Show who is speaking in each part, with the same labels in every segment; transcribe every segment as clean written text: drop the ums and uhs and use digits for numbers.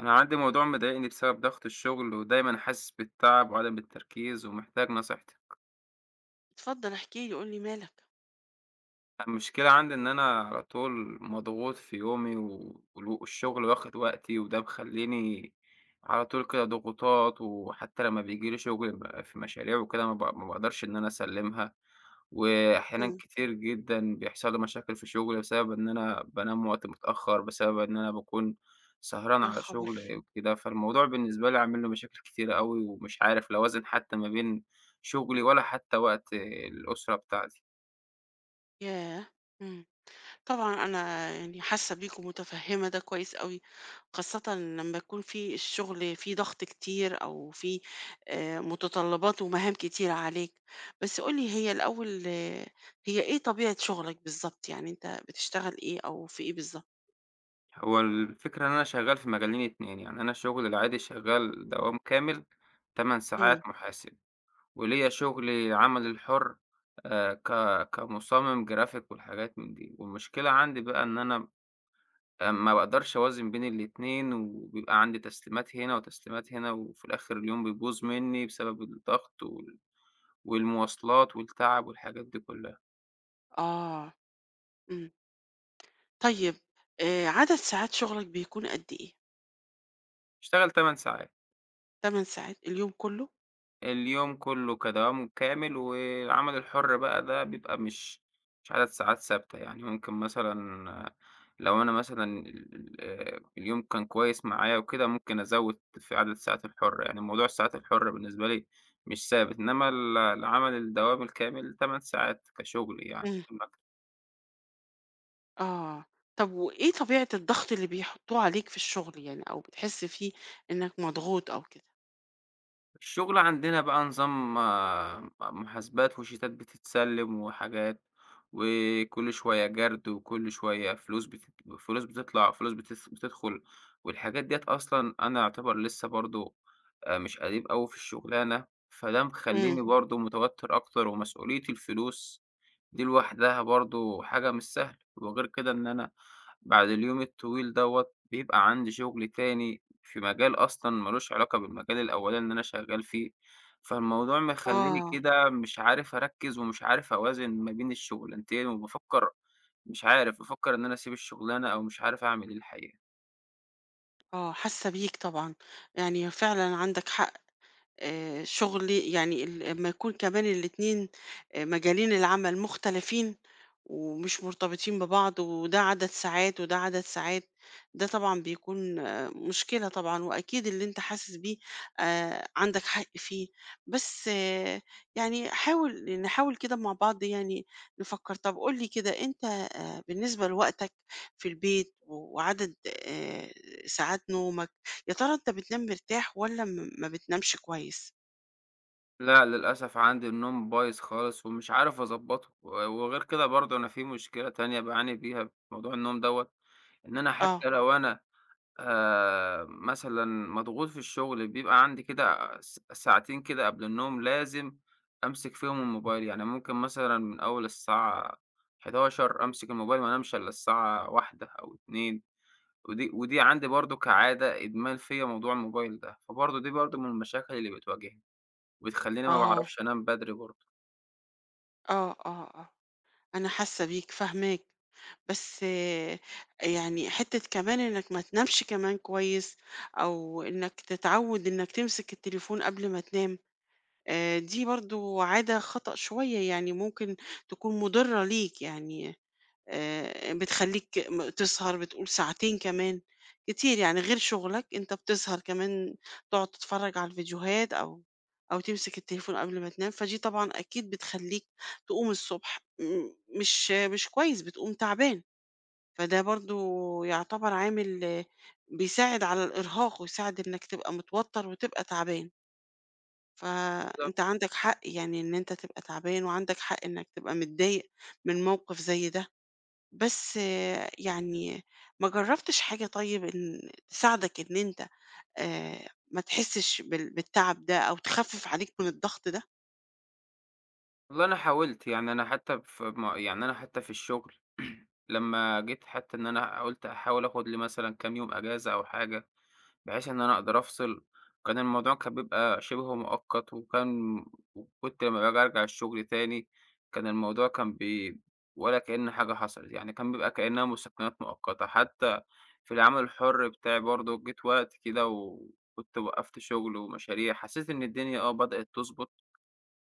Speaker 1: أنا عندي موضوع مضايقني بسبب ضغط الشغل ودايما حاسس بالتعب وعدم التركيز ومحتاج نصيحتك.
Speaker 2: اتفضل احكِ لي، قُل لي مالك؟
Speaker 1: المشكلة عندي إن أنا على طول مضغوط في يومي والشغل واخد وقتي وده مخليني على طول كده ضغوطات، وحتى لما بيجيلي شغل في مشاريع وكده ما بقدرش إن أنا أسلمها، وأحيانا
Speaker 2: إمم.
Speaker 1: كتير جدا بيحصل لي مشاكل في شغلي بسبب إن أنا بنام وقت متأخر، بسبب إن أنا بكون سهران
Speaker 2: يا
Speaker 1: على
Speaker 2: خبر!
Speaker 1: شغل وكده. فالموضوع بالنسبة لي عامل له مشاكل كتير قوي، ومش عارف لو أوازن حتى ما بين شغلي ولا حتى وقت الأسرة بتاعتي.
Speaker 2: ياه! إمم. طبعًا أنا يعني حاسة بيك ومتفهمة ده كويس أوي، خاصةً لمّا يكون في الشغل فيه ضغط كتير أو فيه متطلبات ومهام كتيرة عليك، بس قُل لي هي الأول آه، هي إيه طبيعة شغلك بالضبط؟ يعني أنت بتشتغل إيه أو في إيه بالضبط؟
Speaker 1: هو الفكرة إن أنا شغّال في مجالين اتنين، يعني أنا شغلي العادي شغّال دوام كامل 8
Speaker 2: إمم.
Speaker 1: ساعات محاسب، وليّا شغلي العمل الحُر ك كمُصمم جرافيك والحاجات من دي. والمشكلة عندي بقى إن أنا ما باقدرش أوازن بين الاتنين، وبيبقى عندي تسليمات هنا وتسليمات هنا، وفي الآخر اليوم بيبوظ منّي بسبب الضغط والمواصلات والتعب والحاجات دي كلّها.
Speaker 2: آه، إمم. طيب عدد ساعات شغلك بيكون قد إيه؟
Speaker 1: باشتغل 8 ساعات.
Speaker 2: 8 ساعات اليوم كله؟
Speaker 1: اليوم كلّه كدوام كامل، والعمل الحُر بقى ده بيبقى مش عدد ساعات ثابتة، يعني ممكن مثلًا آه، لو أنا مثلًا ال ال اليوم كان كويس معايا وكده، ممكن أزوّد في عدد الساعات الحُرة. يعني موضوع الساعات الحُرة بالنسبة لي مش ثابت، إنّما العمل الدوام الكامل 8 ساعات كشُغل يعني في المكتب.
Speaker 2: آه، طب وإيه طبيعة الضغط اللي بيحطوه عليك في الشغل يعني، أو بتحس فيه إنك مضغوط أو كده؟
Speaker 1: الشغل عندنا بقى نظام آه، محاسبات وشيتات بتتسلم وحاجات، وكل شوية جرد وكل شوية فلوس بتطلع وفلوس بتس بتدخل، والحاجات ديّة أصلًا أنا أعتبر لسه برضه مش قديم أوي في الشغلانة، فده
Speaker 2: إمم.
Speaker 1: مخلّيني برضه متوتر أكتر، ومسؤولية الفلوس دي لوحدها برضه حاجة مش سهلة. وغير كده إن أنا بعد اليوم الطويل دوّة بيبقى عندي شغل تاني في مجال أصلًا ما لوش علاقة بالمجال الأولاني اللي أنا شغال فيه، فالموضوع مخلّيني
Speaker 2: آه،
Speaker 1: كده مش عارف أركّز ومش عارف أوازن ما بين الشغلانتين، وبافكّر مش عارف، بافكّر إن أنا أسيب الشغلانة، أو مش عارف أعمل إيه الحقيقة.
Speaker 2: حاسة بيك طبعًا، يعني فعلًا عندك حق. شغلي يعني ال أمّا يكون كمان الاتنين مجالين العمل مختلفين، ومش مرتبطين ببعض، وده عدد ساعات وده عدد ساعات، ده طبعًا بيكون آه، مشكلة طبعًا، وأكيد اللي أنت حاسس بيه عندك حق فيه، بس آه، يعني نحاول كده مع بعض يعني نفكّر. طَب قُل لي كده أنت بالنسبة لوقتك في البيت و- وعدد آآ ساعات نومك يا ترى أنت بتنام مرتاح والّا ما بتنامش كويس؟
Speaker 1: لأ، للأسف عندي النوم بايظ خالص ومش عارف أضبّطه، وغير كده برضه أنا في مشكلة تانية باعاني بيها في موضوع النوم دوّة، إن أنا
Speaker 2: آه،
Speaker 1: حتى لو أنا مثلًا مضغوط في الشغل، بيبقى عندي كده ساعتين كده قبل النوم لازم أمسك فيهم الموبايل، يعني ممكن مثلًا من أول الساعة 11:00 أمسك الموبايل، ما انامش إلا الساعة 13:00 أو 14:00. ودي عندي برضه كعادة إدمان فيّا موضوع الموبايل ده، فبرضه دي برضه من المشاكل اللي بتواجهني، وبتخلّيني ما
Speaker 2: آه،
Speaker 1: باعرفش أنام بدري برضه.
Speaker 2: آه، آه، آه، أنا حاسة بيك، فاهماك، بس آه، يعني حتّة كمان إنّك ما تنامش كمان كويس أو إنّك تتعوّد إنّك تمسك التليفون قبل ما تنام، دي برضه عادة خطأ شوية، يعني ممكن تكون مُضرّة ليك يعني بتخلّيك تسهر بتقول ساعتين كمان، كتير يعني غير شغلك أنت بتسهر كمان تقعد تتفرّج على الفيديوهات أو أو تمسك التليفون قبل ما تنام، فدي طبعًا أكيد بتخلّيك تقوم الصبح مش مش كويس، بتقوم تعبان، فده برضه يعتبر عامل آه، بيساعد على الإرهاق ويساعد إنك تبقى متوتّر وتبقى تعبان،
Speaker 1: بالضبط.
Speaker 2: فأنت عندك حق يعني إن أنت تبقى تعبان وعندك حق إنك تبقى متضايق من موقف زي ده. بس آه، يعني ما جرّبتش حاجة طيب إن تساعدك إن أنت ما تحسّش بالتعب ده أو تخفِّف عليك من الضغط ده؟
Speaker 1: والله أنا حاولت، يعني أنا حتى في م يعني أنا حتى في الشغل لمّا جيت، حتى إن أنا قُلت هاحاول آخُد لي مثلًا كام يوم أجازة أو حاجة، بحيث إن أنا أقدر أفصل، كان الموضوع كان بيبقى شِبه مؤقت، وكنت لمّا باجي أرجع الشغل تاني، كان الموضوع كان بي ولا كأن حاجة حصلت، يعني كان بيبقى كأنها مُسكّنات مؤقتة. حتى في العمل الحُر بتاعي برضه جيت وقت كده وكنت وقّفت شغل ومشاريع، حسيت إن الدنيا آه بدأت تضبط،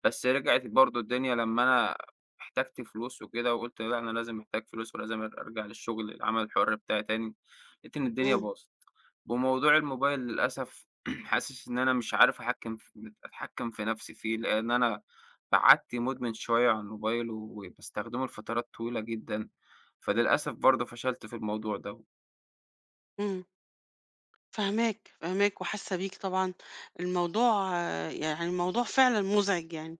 Speaker 1: بس رجعت برضه الدنيا لمّا أنا احتجت فلوس وكده، وقُلت لأ أنا لازم محتاج فلوس، ولازم أرجع للشغل العمل الحُر بتاعي تاني، لقيت إن الدنيا
Speaker 2: إمم،
Speaker 1: باظت. وموضوع الموبايل للأسف حاسس إن أنا مش عارف أحكّم ف أتحكّم في نَفْسي فيه، لإن أنا بعدت مُدمن شوية عن الموبايل وباستخدمه لفترات طويلة جدًا، فللأسف برضه فشلت في الموضوع ده.
Speaker 2: إمم. فاهماك، فاهماك وحاسة بيك طبعًا، الموضوع آه، يعني الموضوع فعلًا مُزعج يعني.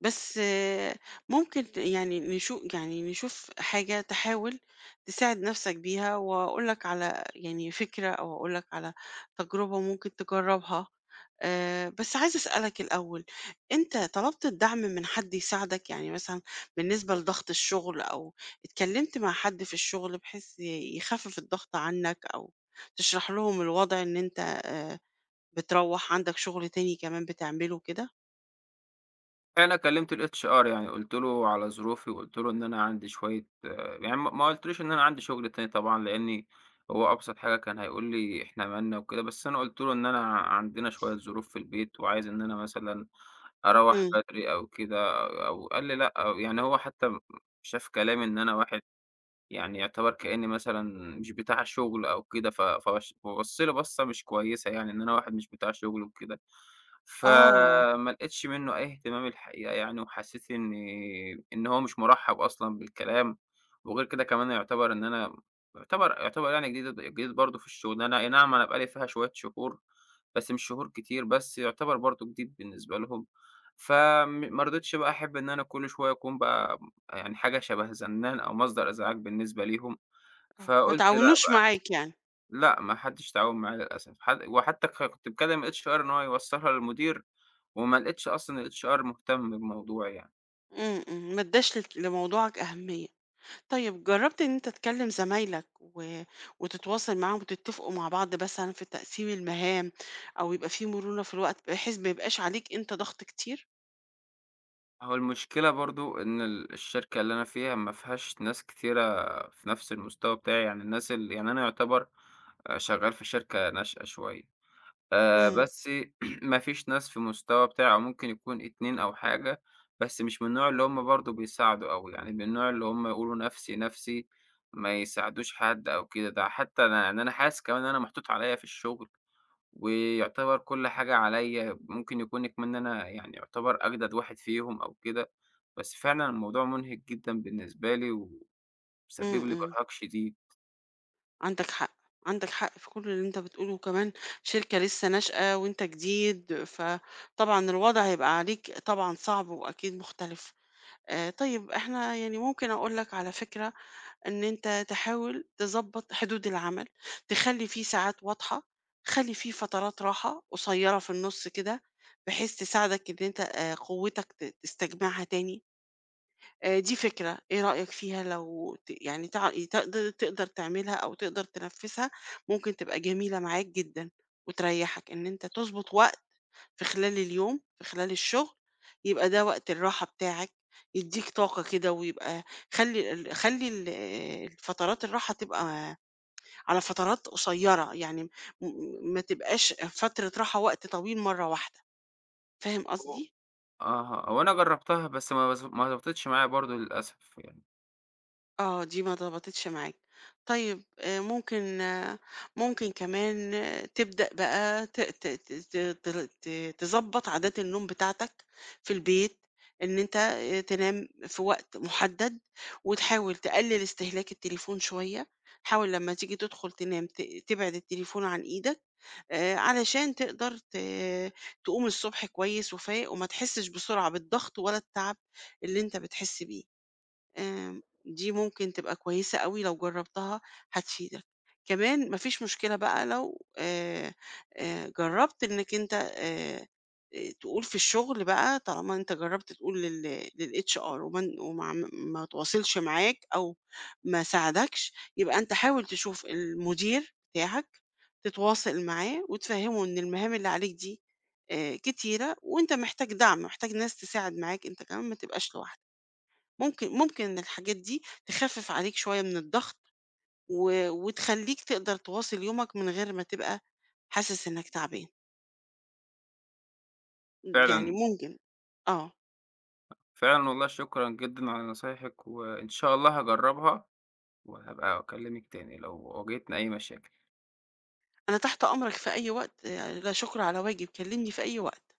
Speaker 2: بس آه، ممكن يعني نشوف حاجة تحاول تساعد نفسك بيها وأقول لك على يعني فكرة أو أقول لك على تجربة ممكن تجربها آه، بس عايزة أسألك الأول أنت طلبت الدعم من حد يساعدك يعني مثلا بالنسبة لضغط الشغل أو اتكلمت مع حد في الشغل بحيث يخفف الضغط عنك أو تشرح لهم الوضع إن أنت آه، بتروح عندك شغل تاني كمان بتعمله كده؟
Speaker 1: أنا كلّمت الHR يعني قُلت له على ظروفي، وقُلت له إن أنا عندي شوية آه، يعني ما قُلتلوش إن أنا عندي شغل تاني طبعًا، لإني هو أبسط حاجة كان هيقول لي إحنا مالنا وكده. بس أنا قُلت له إن أنا عندنا شوية ظروف في البيت، وعايز إن أنا مثلًا أروّح
Speaker 2: امم
Speaker 1: بدري أو كده أو قال لي: "لأ." أو يعني هو حتى شاف كلامي إن أنا واحد يعني يعتبر كإني مثلًا مش بتاع شغل أو كده، ف فبش فبَص لي بصّة مش كويسة يعني، إن أنا واحد مش بتاع شغل وكده،
Speaker 2: آه،
Speaker 1: فما لقيتش منّه أي اهتمام الحقيقة يعني، وحسّيت إني إن هو مش مُرحّب أصلًا بالكلام. وغير كده كمان يعتبر إن أنا يعتبر يعني جديد برضه في الشغلانة، أي نعم أنا بقى لي فيها شوية شهور، بس مش شهور كتير، بس يعتبر برضه جديد بالنسبة لهم، ما رضيتش بقى أحب إن أنا كل شوية أكون يعني حاجة شبه زنان أو مصدر إزعاج بالنسبة ليهم،
Speaker 2: آه، ما
Speaker 1: فقُلت لأ
Speaker 2: تعاونوش
Speaker 1: بقى.
Speaker 2: معاك يعني،
Speaker 1: لأ، ما حدّش تعاون معايا للأسف، حد وحتى ك كنت باكلّم الHR إن هو يوصّلها للمدير، وما لقيتش أصلًا الHR مهتم بموضوعي يعني.
Speaker 2: إمم، إمم، ما ادّاش لموضوعك أهمية. طيب جرّبت إن أنت تكلّم زمايلك و وتتواصل معاهم وتتفقوا مع بعض مثلًا في تقسيم المهام أو يبقى في مرونة في الوقت بحيث ما يبقاش عليك أنت ضغط كتير؟
Speaker 1: هو المشكلة برضه إن الشركة اللي أنا فيها ما فيهاش ناس كتيرة في نَفْس المستوى بتاعي، يعني الناس ال يعني أنا يُعتبر شغّال في شركة ناشئة شوية.
Speaker 2: إمم،
Speaker 1: بس ما فيش ناس في مستوى بتاعه، ممكن يكون 2 أو حاجة، بس مش من النوع اللي هم برضه بيساعدوا أوي، يعني من النوع اللي هم يقولوا نَفْسي، نَفْسي، ما يساعدوش حد أو كده. ده حتّى أنا يعني أنا حاسس كمان إن أنا محطوط عليّا في الشغل، ويعتبر كل حاجة عليّا، ممكن يكون كمان إن أنا يعني يعتبر أجدد واحد فيهم أو كده، بس فعلًا الموضوع مُنهِك جدًا بالنسبة لي، ومسبب
Speaker 2: إمم،
Speaker 1: لي
Speaker 2: إمم،
Speaker 1: إرهاق شديد.
Speaker 2: عندك حق، عندك حق في كل اللي أنت بتقوله وكمان شركة لسه ناشئة وأنت جديد، فطبعًا الوضع هيبقى عليك طبعًا صعب وأكيد مختلف. طيب إحنا يعني ممكن أقول لك على فكرة إن أنت تحاول تضبّط حدود العمل، تخلّي في ساعات واضحة، خلّي في فترات راحة قصيّرة في النُص كده، بحيث تساعدك إن أنت قوتك تستجمعها تاني. دي فكرة، إيه رأيك فيها لو ت يعني تع تقد تقدر تعملها أو تقدر تنفّذها، ممكن تبقى جميلة معاك جدًا وتريّحك، إن أنت تضبط وقت في خلال اليوم، في خلال الشغل، يبقى ده وقت الراحة بتاعك، يدّيك طاقة كده ويبقى خلّي ال خلّي ال الفترات الراحة تبقى على فترات قصيّرة، يعني ما تبقاش فترة راحة وقت طويل مرّة واحدة، فاهم
Speaker 1: هو
Speaker 2: قصدي؟
Speaker 1: آه، هو أنا جرّبتها بس ما ضبطتش معايا برضه للأسف يعني.
Speaker 2: آه، دي ما ضبطتش معاك. طيب ممكن آه، ممكن كمان آه، تبدأ بقى ت ت ت ت تر ت تضبّط عادات النوم بتاعتك في البيت، إن أنت تنام في وقت محدد، وتحاول تقلل استهلاك التليفون شوية، حاول لمّا تيجي تدخل تنام تبعد التليفون عن إيدك، علشان تقدر تقوم الصبح كويس وفايق، وما تحسش بسرعة بالضغط ولا التعب اللي أنت بتحس بيه. آمم، دي ممكن تبقى كويسة أوي لو جرّبتها هتفيدك. كمان ما فيش مشكلة بقى لو جرّبت إنك أنت تقول في الشغل بقى طالما أنت جرّبت تقول للHR وما ما تواصلش معاك أو ما ساعدكش، يبقى أنت حاول تشوف المدير بتاعك، تتواصل معاه وتفهّمه إن المهام اللي عليك دي كتيرة وأنت محتاج دعم، محتاج ناس تساعد معاك، أنت كمان ما تبقاش لوحدك. ممكن إن الحاجات دي تخفف عليك شوية من الضغط وتخليك تقدر تواصل يومك من غير ما تبقى حاسس إنك تعبان يعني
Speaker 1: فعلًا،
Speaker 2: ممكن آه.
Speaker 1: فعلًا والله شكرًا جدًا على نصايحِك، وإن شاء الله هاجرّبها، وهابقى أكلّمِك تاني لو واجهتني أي مشاكل.
Speaker 2: أنا تحت أمرك في أي وقت آه، لا شكر على واجب كلمني في أي وقت